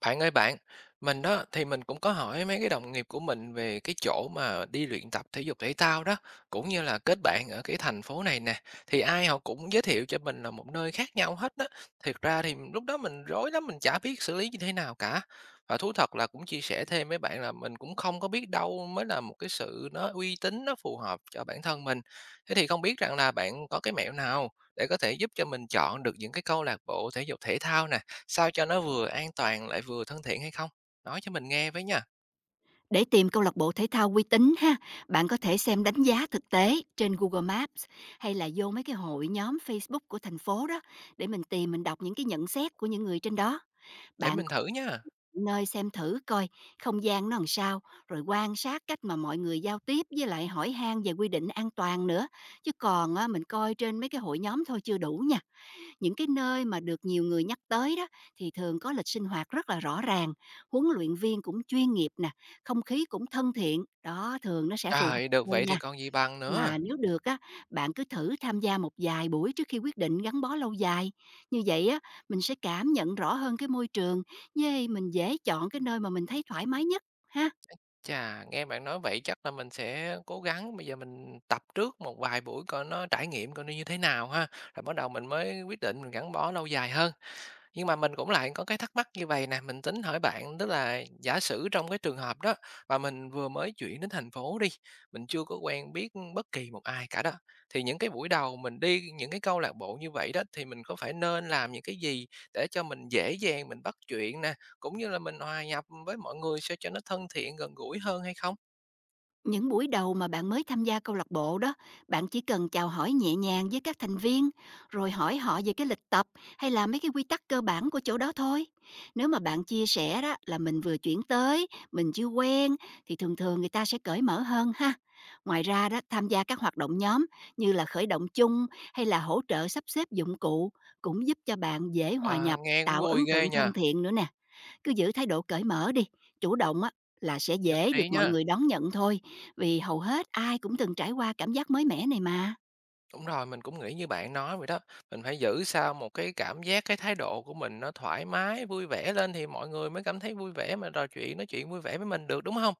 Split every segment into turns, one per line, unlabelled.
Bạn ơi bạn, mình đó thì mình cũng có hỏi mấy cái đồng nghiệp của mình về cái chỗ mà đi luyện tập thể dục thể thao đó, cũng như là kết bạn ở cái thành phố này nè, thì ai họ cũng giới thiệu cho mình là một nơi khác nhau hết đó. Thiệt ra thì lúc đó mình rối lắm, mình chả biết xử lý như thế nào cả. Và thú thật là cũng chia sẻ thêm với bạn là mình cũng không có biết đâu mới là một cái sự nó uy tín, nó phù hợp cho bản thân mình. Thế thì không biết rằng là bạn có cái mẹo nào để có thể giúp cho mình chọn được những cái câu lạc bộ thể dục thể thao nè sao cho nó vừa an toàn lại vừa thân thiện hay không? Nói cho mình nghe với nha,
Để tìm câu lạc bộ thể thao uy tín ha, bạn có thể xem đánh giá thực tế trên Google Maps hay là vô mấy cái hội nhóm Facebook của thành phố đó để mình tìm mình đọc những cái nhận xét của những người trên đó.
để
Bạn
mình thử nha.
Nơi xem thử coi không gian nó làm sao, rồi quan sát cách mà mọi người giao tiếp với lại hỏi han về quy định an toàn nữa. Chứ còn á, mình coi trên mấy cái hội nhóm thôi chưa đủ nha. Những cái nơi mà được nhiều người nhắc tới đó thì thường có lịch sinh hoạt rất là rõ ràng, huấn luyện viên cũng chuyên nghiệp nè, không khí cũng thân thiện, đó thường nó sẽ phù hợp
Trời, được
hơn
vậy thì
nha.
còn gì bằng nữa.
Mà nếu được á, bạn cứ thử tham gia một vài buổi trước khi quyết định gắn bó lâu dài. Như vậy á, mình sẽ cảm nhận rõ hơn cái môi trường, với mình dễ chọn cái nơi mà mình thấy thoải mái nhất ha.
Chà, nghe bạn nói vậy chắc là mình sẽ cố gắng bây giờ mình tập trước một vài buổi coi nó trải nghiệm coi nó như thế nào ha, rồi bắt đầu mình mới quyết định mình gắn bó lâu dài hơn. Nhưng mà mình cũng lại có cái thắc mắc như vậy nè, mình tính hỏi bạn, tức là giả sử trong cái trường hợp đó mà mình vừa mới chuyển đến thành phố đi, mình chưa có quen biết bất kỳ một ai cả đó, thì những cái buổi đầu mình đi những cái câu lạc bộ như vậy đó, thì mình có phải nên làm những cái gì để cho mình dễ dàng mình bắt chuyện nè, cũng như là mình hòa nhập với mọi người sao cho nó thân thiện, gần gũi hơn hay không?
Những buổi đầu mà bạn mới tham gia câu lạc bộ đó, bạn chỉ cần chào hỏi nhẹ nhàng với các thành viên, rồi hỏi họ về cái lịch tập hay là mấy cái quy tắc cơ bản của chỗ đó thôi. Nếu mà bạn chia sẻ đó là mình vừa chuyển tới, mình chưa quen thì thường thường người ta sẽ cởi mở hơn ha. Ngoài ra đó, tham gia các hoạt động nhóm như là khởi động chung hay là hỗ trợ sắp xếp dụng cụ cũng giúp cho bạn dễ hòa
Ờ,
nhập,
nghe cũng
tạo
vui
ấn
ghê
tượng
nha,
thân thiện nữa nè. Cứ giữ thái độ cởi mở đi, chủ động á là sẽ
nhất
dễ
trí
được mọi
nhá.
người đón nhận thôi, vì hầu hết ai cũng từng trải qua cảm giác mới mẻ này mà.
Đúng rồi, mình cũng nghĩ như bạn nói vậy đó. Mình phải giữ sao một cái cảm giác, cái thái độ của mình nó thoải mái, vui vẻ lên thì mọi người mới cảm thấy vui vẻ mà trò chuyện, nói chuyện vui vẻ với mình được, đúng không?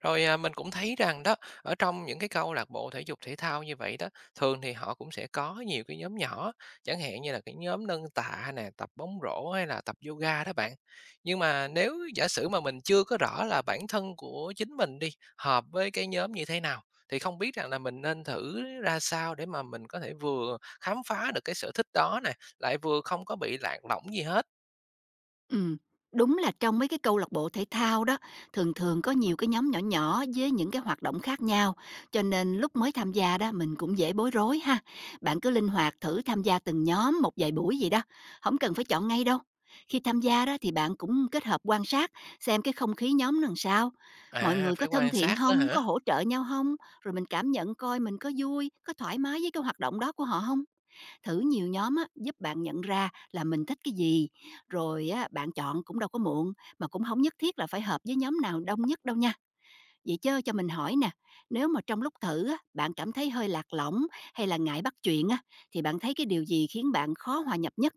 Rồi, à, mình cũng thấy rằng đó, ở trong những cái câu lạc bộ thể dục thể thao như vậy đó, thường thì họ cũng sẽ có nhiều cái nhóm nhỏ, chẳng hạn như là cái nhóm nâng tạ nè, tập bóng rổ hay là tập yoga đó bạn. Nhưng mà nếu giả sử mà mình chưa có rõ là bản thân của chính mình đi, hợp với cái nhóm như thế nào thì không biết rằng là mình nên thử ra sao để mà mình có thể vừa khám phá được cái sở thích đó nè, lại vừa không có bị lạc lõng gì hết?
Ừm, đúng là trong mấy cái câu lạc bộ thể thao đó, thường thường có nhiều cái nhóm nhỏ nhỏ với những cái hoạt động khác nhau, cho nên lúc mới tham gia đó mình cũng dễ bối rối ha. Bạn cứ linh hoạt thử tham gia từng nhóm một vài buổi gì đó, không cần phải chọn ngay đâu. Khi tham gia đó thì bạn cũng kết hợp quan sát xem cái không khí nhóm nó làm sao, mọi
À,
người có
phải
thân
quan
thiện
sát nữa
không,
hả?
có hỗ trợ nhau không, rồi mình cảm nhận coi mình có vui, có thoải mái với cái hoạt động đó của họ không. Thử nhiều nhóm á, giúp bạn nhận ra là mình thích cái gì, rồi á, bạn chọn cũng đâu có muộn, mà cũng không nhất thiết là phải hợp với nhóm nào đông nhất đâu nha. Vậy chớ cho mình hỏi nè, nếu mà trong lúc thử á, bạn cảm thấy hơi lạc lõng hay là ngại bắt chuyện á, thì bạn thấy cái điều gì khiến bạn khó hòa nhập nhất?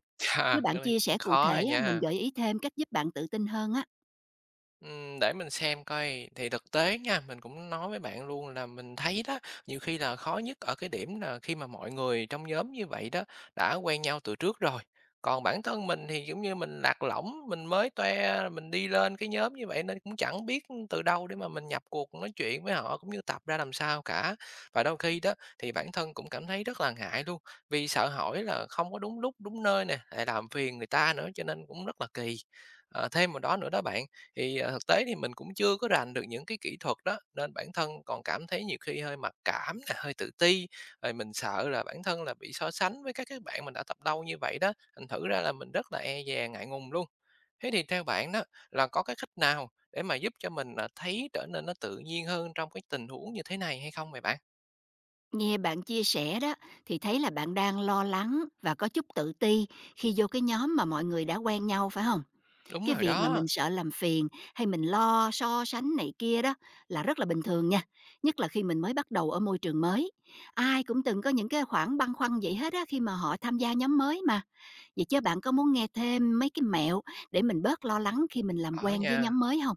Nếu
Chà,
bạn
cái này
chia sẻ
cũng
cụ
khó
thể
à
á, mình
nha.
gợi ý thêm cách giúp bạn tự tin hơn á.
Để mình xem coi, thì thực tế nha, mình cũng nói với bạn luôn là mình thấy đó, nhiều khi là khó nhất ở cái điểm là khi mà mọi người trong nhóm như vậy đó đã quen nhau từ trước rồi. Còn bản thân mình thì, giống như, mình lạc lõng, mình mới toe, mình đi lên cái nhóm như vậy nên cũng chẳng biết từ đâu để mà mình nhập cuộc nói chuyện với họ, cũng như tập ra làm sao cả. Và đôi khi đó, thì bản thân cũng cảm thấy rất là ngại luôn, vì sợ hỏi là không có đúng lúc, đúng nơi nè, lại làm phiền người ta nữa, cho nên cũng rất là kỳ. Thêm vào đó nữa đó bạn, thì, thực tế thì mình cũng chưa có rành được những cái kỹ thuật đó, nên bản thân còn cảm thấy nhiều khi hơi mặc cảm nè, hơi tự ti, rồi mình sợ là bản thân là bị so sánh với các cái bạn mình đã tập đâu như vậy đó, thành thử ra là mình rất là e dè, ngại ngùng luôn. Thế thì theo bạn đó là có cái cách nào để mà giúp cho mình, là thấy trở nên nó tự nhiên hơn trong cái tình huống như thế này hay không vậy bạn?
Nghe bạn chia sẻ đó thì thấy là bạn đang lo lắng và có chút tự ti khi vô cái nhóm mà mọi người đã quen nhau phải không?
Đúng
Cái
rồi
việc mà
đó,
mình sợ làm phiền hay mình lo so sánh này kia đó là rất là bình thường nha, nhất là khi mình mới bắt đầu ở môi trường mới. Ai cũng từng có những cái khoảng băn khoăn vậy hết á khi mà họ tham gia nhóm mới mà. Vậy chứ bạn có muốn nghe thêm mấy cái mẹo để mình bớt lo lắng khi mình làm
có
quen với
nha.
nhóm mới không?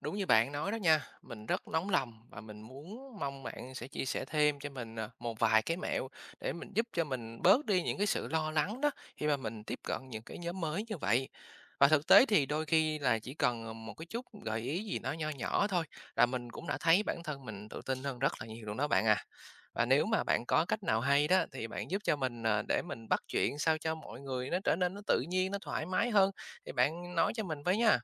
Đúng như bạn nói đó nha, mình rất nóng lòng và mình muốn mong bạn sẽ chia sẻ thêm cho mình, à, một vài cái mẹo để mình giúp cho mình bớt đi những cái sự lo lắng đó khi mà mình tiếp cận những cái nhóm mới như vậy. Và thực tế thì đôi khi là chỉ cần, một cái chút gợi ý gì nó nho nhỏ thôi là mình cũng đã thấy bản thân mình tự tin hơn rất là nhiều luôn đó bạn à. Và nếu mà bạn có cách nào hay đó thì bạn giúp cho mình, để mình bắt chuyện sao cho mọi người nó trở nên nó tự nhiên, nó thoải mái hơn thì bạn nói cho mình với nha.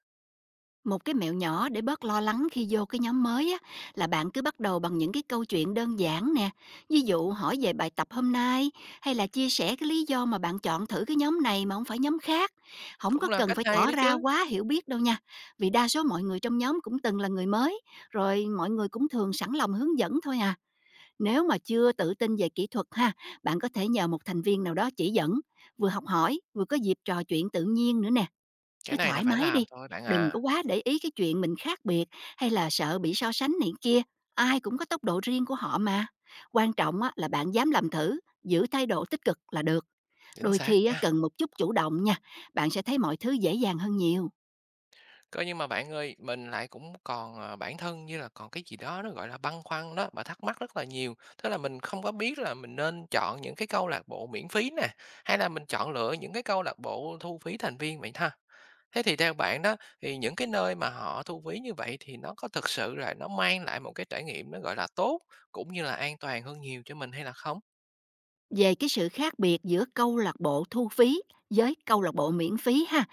Một cái mẹo nhỏ để bớt lo lắng khi vô cái nhóm mới á, là bạn cứ bắt đầu bằng những cái câu chuyện đơn giản nè. Ví dụ hỏi về bài tập hôm nay hay là chia sẻ cái lý do mà bạn chọn thử cái nhóm này mà không phải nhóm khác. Không có
Cũng là
cần
cách
phải
hay
tỏ
đấy
ra
chứ.
quá hiểu biết đâu nha. Vì đa số mọi người trong nhóm cũng từng là người mới, rồi mọi người cũng thường sẵn lòng hướng dẫn thôi à. Nếu mà chưa tự tin về kỹ thuật ha, bạn có thể nhờ một thành viên nào đó chỉ dẫn, vừa học hỏi, vừa có dịp trò chuyện tự nhiên nữa nè. Cứ
Cái này là
thoải
phải
mái đi,
làm thôi bạn
đừng
à,
có quá để ý cái chuyện mình khác biệt hay là sợ bị so sánh này kia, ai cũng có tốc độ riêng của họ mà. Quan trọng á, là bạn dám làm thử, giữ thái độ tích cực là được.
chính
Đôi
xác
khi á,
nha.
cần một chút chủ động nha, bạn sẽ thấy mọi thứ dễ dàng hơn nhiều.
Cơ nhưng mà bạn ơi, mình lại cũng còn, bản thân như là còn cái gì đó nó, gọi là, băn khoăn đó, và thắc mắc rất là nhiều. Thế là mình không có biết là mình nên chọn những cái câu lạc bộ miễn phí nè, hay là mình chọn lựa những cái câu lạc bộ thu phí thành viên vậy ha? Thế thì theo bạn đó, thì những cái nơi mà họ thu phí như vậy thì nó có thực sự là nó mang lại một cái trải nghiệm nó, gọi là, tốt, cũng như là an toàn hơn nhiều cho mình hay là không?
Về cái sự khác biệt giữa câu lạc bộ thu phí với câu lạc bộ miễn phí ha.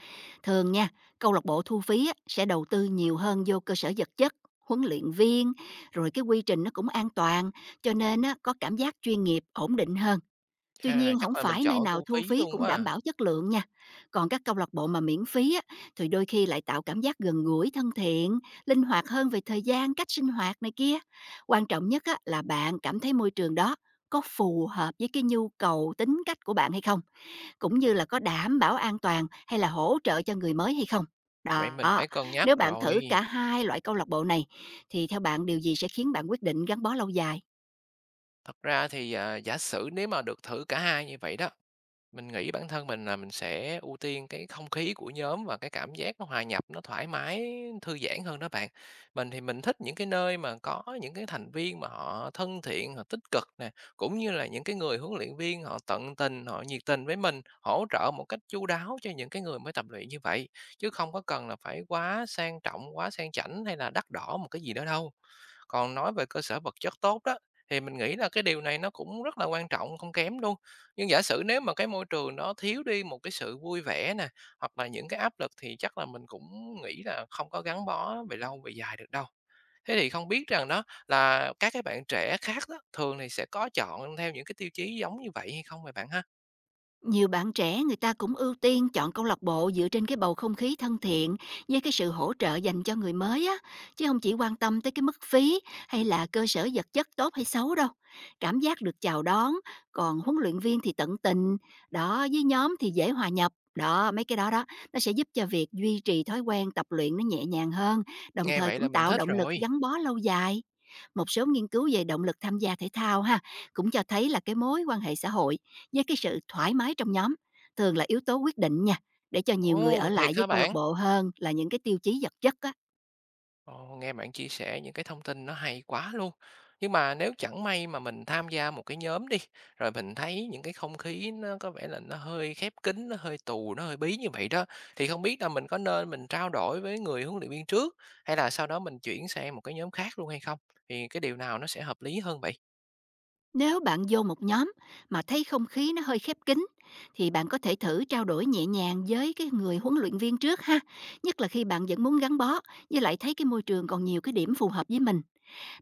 Thường nha, câu lạc bộ thu phí á, sẽ đầu tư nhiều hơn vô cơ sở vật chất, huấn luyện viên, rồi cái quy trình nó cũng an toàn, cho nên á, có cảm giác chuyên nghiệp, ổn định hơn. Tuy
À,
nhiên không
chắc là mình
phải nơi
chọn
nào
thu
thu
phí
phí
luôn
cũng
quá
đảm
à,
bảo chất lượng nha. Còn các câu lạc bộ mà miễn phí á, thì đôi khi lại tạo cảm giác gần gũi, thân thiện, linh hoạt hơn về thời gian, cách sinh hoạt này kia. Quan trọng nhất á, là bạn cảm thấy môi trường đó có phù hợp với cái nhu cầu, tính cách của bạn hay không, cũng như là có đảm bảo an toàn hay là hỗ trợ cho người mới hay không.
vậy mình
Đó,
phải cân nhắc
nếu bạn
rồi.
thử cả hai loại câu lạc bộ này thì theo bạn điều gì sẽ khiến bạn quyết định gắn bó lâu dài?
Thật ra thì, à, giả sử nếu mà được thử cả hai như vậy đó, mình nghĩ bản thân mình là mình sẽ ưu tiên cái không khí của nhóm và cái cảm giác nó hòa nhập, nó thoải mái, thư giãn hơn đó bạn. Mình thì mình thích những cái nơi mà có những cái thành viên mà họ thân thiện, họ tích cực nè, cũng như là những cái người huấn luyện viên họ tận tình, họ nhiệt tình với mình, hỗ trợ một cách chu đáo cho những cái người mới tập luyện như vậy, chứ không có cần là phải quá sang trọng, quá sang chảnh hay là đắt đỏ một cái gì đó đâu. Còn nói về cơ sở vật chất tốt đó, thì mình nghĩ là cái điều này nó cũng rất là quan trọng không kém luôn. Nhưng giả sử nếu mà cái môi trường nó thiếu đi một cái sự vui vẻ nè, hoặc là những cái áp lực thì chắc là mình cũng nghĩ là không có gắn bó về lâu về dài được đâu. Thế thì không biết rằng đó là các cái bạn trẻ khác đó, thường thì sẽ có chọn theo những cái tiêu chí giống như vậy hay không vậy bạn ha?
Nhiều bạn trẻ người ta cũng ưu tiên chọn câu lạc bộ dựa trên cái bầu không khí thân thiện với cái sự hỗ trợ dành cho người mới á, chứ không chỉ quan tâm tới cái mức phí hay là cơ sở vật chất tốt hay xấu đâu. Cảm giác được chào đón, còn huấn luyện viên thì tận tình, đó với nhóm thì dễ hòa nhập. Đó, mấy cái đó đó, nó sẽ giúp cho việc duy trì thói quen tập luyện nó nhẹ nhàng hơn, đồng
Nghe
thời
vậy là
cũng
mình
tạo
thích
động lực
rồi.
gắn bó lâu dài. Một số nghiên cứu về động lực tham gia thể thao ha, cũng cho thấy là cái mối quan hệ xã hội với cái sự thoải mái trong nhóm thường là yếu tố quyết định nha, để cho nhiều người ở
Ồ, thiệt
lại với
hả
câu lạc
bạn?
bộ hơn là những cái tiêu chí vật chất á.
Ồ, nghe bạn chia sẻ những cái thông tin nó hay quá luôn. Nhưng mà nếu chẳng may mà mình tham gia một cái nhóm đi, rồi mình thấy những cái không khí nó có vẻ là nó hơi khép kín, nó hơi tù, nó hơi bí như vậy đó, thì không biết là mình có nên mình trao đổi với người huấn luyện viên trước hay là sau đó mình chuyển sang một cái nhóm khác luôn hay không? Thì cái điều nào nó sẽ hợp lý hơn vậy?
Nếu bạn vô một nhóm mà thấy không khí nó hơi khép kín thì bạn có thể thử trao đổi nhẹ nhàng với cái người huấn luyện viên trước ha, nhất là khi bạn vẫn muốn gắn bó với lại thấy cái môi trường còn nhiều cái điểm phù hợp với mình.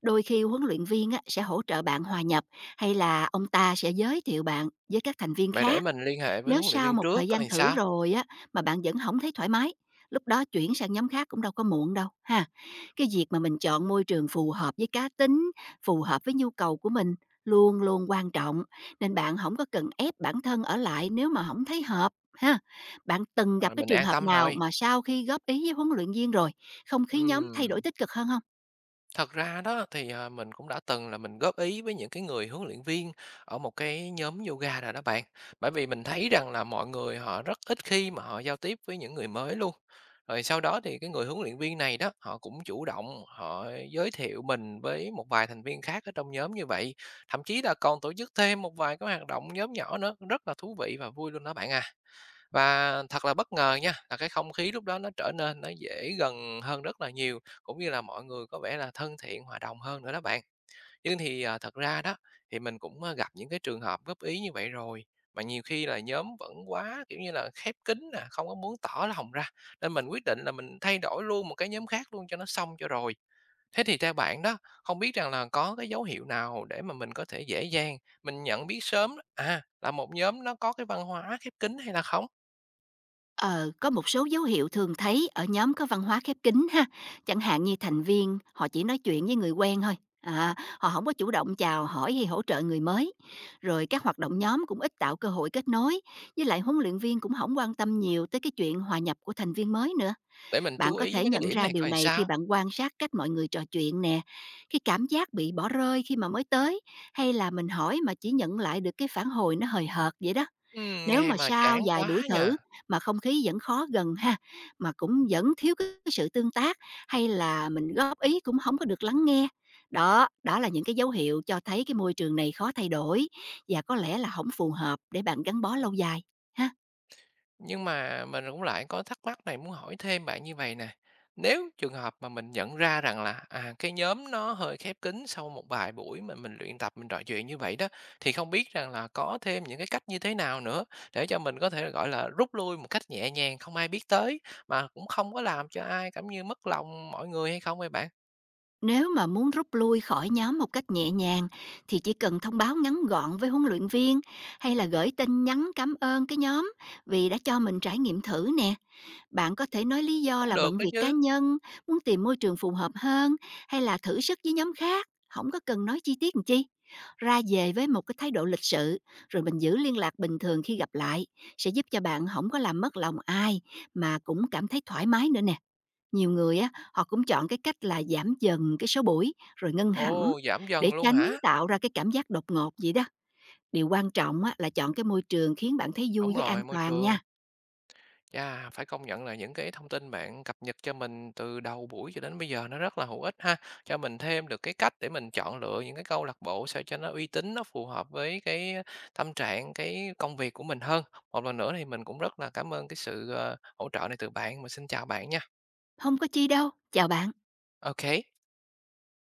Đôi khi huấn luyện viên á, sẽ hỗ trợ bạn hòa nhập hay là ông ta sẽ giới thiệu bạn với các thành viên
Vậy để
khác.
mình liên hệ với
Nếu
huấn luyện
sau
viên
một
trước
thời
coi
gian
làm
thử
sao,
rồi á, mà bạn vẫn không thấy thoải mái, lúc đó chuyển sang nhóm khác cũng đâu có muộn đâu ha. Cái việc mà mình chọn môi trường phù hợp với cá tính, phù hợp với nhu cầu của mình luôn luôn quan trọng, nên bạn không có cần ép bản thân ở lại nếu mà không thấy hợp ha. Bạn từng gặp
rồi
cái
mình
trường
an
hợp
tâm
nào
rồi.
mà sau khi góp ý với huấn luyện viên rồi, không khí nhóm thay
Ừm.
đổi tích cực hơn không?
Thật ra đó thì, à, mình cũng đã từng là mình góp ý với những cái người huấn luyện viên ở một cái nhóm yoga rồi đó bạn. Bởi vì mình thấy rằng là mọi người họ rất ít khi mà họ giao tiếp với những người mới luôn. Rồi sau đó thì cái người huấn luyện viên này đó, họ cũng chủ động họ giới thiệu mình với một vài thành viên khác ở trong nhóm như vậy, thậm chí là còn tổ chức thêm một vài cái hoạt động nhóm nhỏ nữa, rất là thú vị và vui luôn đó bạn à. Và thật là bất ngờ nha, là cái không khí lúc đó nó trở nên nó dễ gần hơn rất là nhiều, cũng như là mọi người có vẻ là thân thiện, hòa đồng hơn nữa đó bạn. Nhưng thì, à, thật ra đó, thì mình cũng, gặp những cái trường hợp góp ý như vậy rồi, mà nhiều khi là nhóm vẫn quá, kiểu như là, khép kín nè, không có muốn tỏ lòng ra, nên mình quyết định là mình thay đổi luôn một cái nhóm khác luôn cho nó xong cho rồi. Thế thì theo bạn đó, không biết rằng là có cái dấu hiệu nào để mà mình có thể dễ dàng mình nhận biết sớm, à, là một nhóm nó có cái văn hóa khép kín hay là không?
Ờ, có một số dấu hiệu thường thấy ở nhóm có văn hóa khép kín ha, chẳng hạn như thành viên họ chỉ nói chuyện với người quen thôi, à, họ không có chủ động chào hỏi hay hỗ trợ người mới. Rồi các hoạt động nhóm cũng ít tạo cơ hội kết nối, với lại huấn luyện viên cũng không quan tâm nhiều tới cái chuyện hòa nhập của thành viên mới nữa.
Để mình chú
Bạn có
ý
thể
mấy cái
nhận
điểm
ra
này
điều
coi làm
này khi
sao.
bạn quan sát cách mọi người trò chuyện nè, cái cảm giác bị bỏ rơi khi mà mới tới, hay là mình hỏi mà chỉ nhận lại được cái phản hồi nó hời hợt vậy đó. Nếu
Nghe
mà
mà
sau
chán
vài
quá
buổi
nha.
thử mà không khí vẫn khó gần ha, mà cũng vẫn thiếu cái sự tương tác hay là mình góp ý cũng không có được lắng nghe. Đó, đó là những cái dấu hiệu cho thấy cái môi trường này khó thay đổi và có lẽ là không phù hợp để bạn gắn bó lâu dài ha.
Nhưng mà mình cũng lại có thắc mắc này muốn hỏi thêm bạn như vậy nè. Nếu trường hợp mà mình nhận ra rằng là, à, cái nhóm nó hơi khép kín sau một vài buổi mà mình luyện tập, mình trò chuyện như vậy đó, thì không biết rằng là có thêm những cái cách như thế nào nữa để cho mình có thể, gọi là, rút lui một cách nhẹ nhàng không ai biết tới, mà cũng không có làm cho ai cảm như mất lòng mọi người hay không vậy bạn?
Nếu mà muốn rút lui khỏi nhóm một cách nhẹ nhàng thì chỉ cần thông báo ngắn gọn với huấn luyện viên hay là gửi tin nhắn cảm ơn cái nhóm vì đã cho mình trải nghiệm thử nè. Bạn có thể nói lý do
Cũng
là
được
bận
đó
việc cá
chứ.
nhân, muốn tìm môi trường phù hợp hơn hay là thử sức với nhóm khác, không có cần nói chi tiết làm chi. Ra về với một cái thái độ lịch sự, rồi mình giữ liên lạc bình thường khi gặp lại, sẽ giúp cho bạn không có làm mất lòng ai mà cũng cảm thấy thoải mái nữa nè. Nhiều người á, họ cũng chọn cái cách là giảm dần cái số buổi rồi ngưng hẳn
Ồ, giảm
để
dần luôn
tránh
hả?
tạo ra cái cảm giác đột ngột vậy đó. Điều quan trọng á là chọn cái môi trường khiến bạn thấy vui
Đúng
với an
rồi, môi
toàn
trường.
nha.
Chà, phải công nhận là những cái thông tin bạn cập nhật cho mình từ đầu buổi cho đến bây giờ nó rất là hữu ích ha, cho mình thêm được cái cách để mình chọn lựa những cái câu lạc bộ sao cho nó uy tín, nó phù hợp với cái tâm trạng, cái công việc của mình hơn. Một lần nữa thì mình cũng rất là cảm ơn cái sự, hỗ trợ này từ bạn. Mình xin chào bạn nha.
Không có chi đâu. Chào bạn.
OK.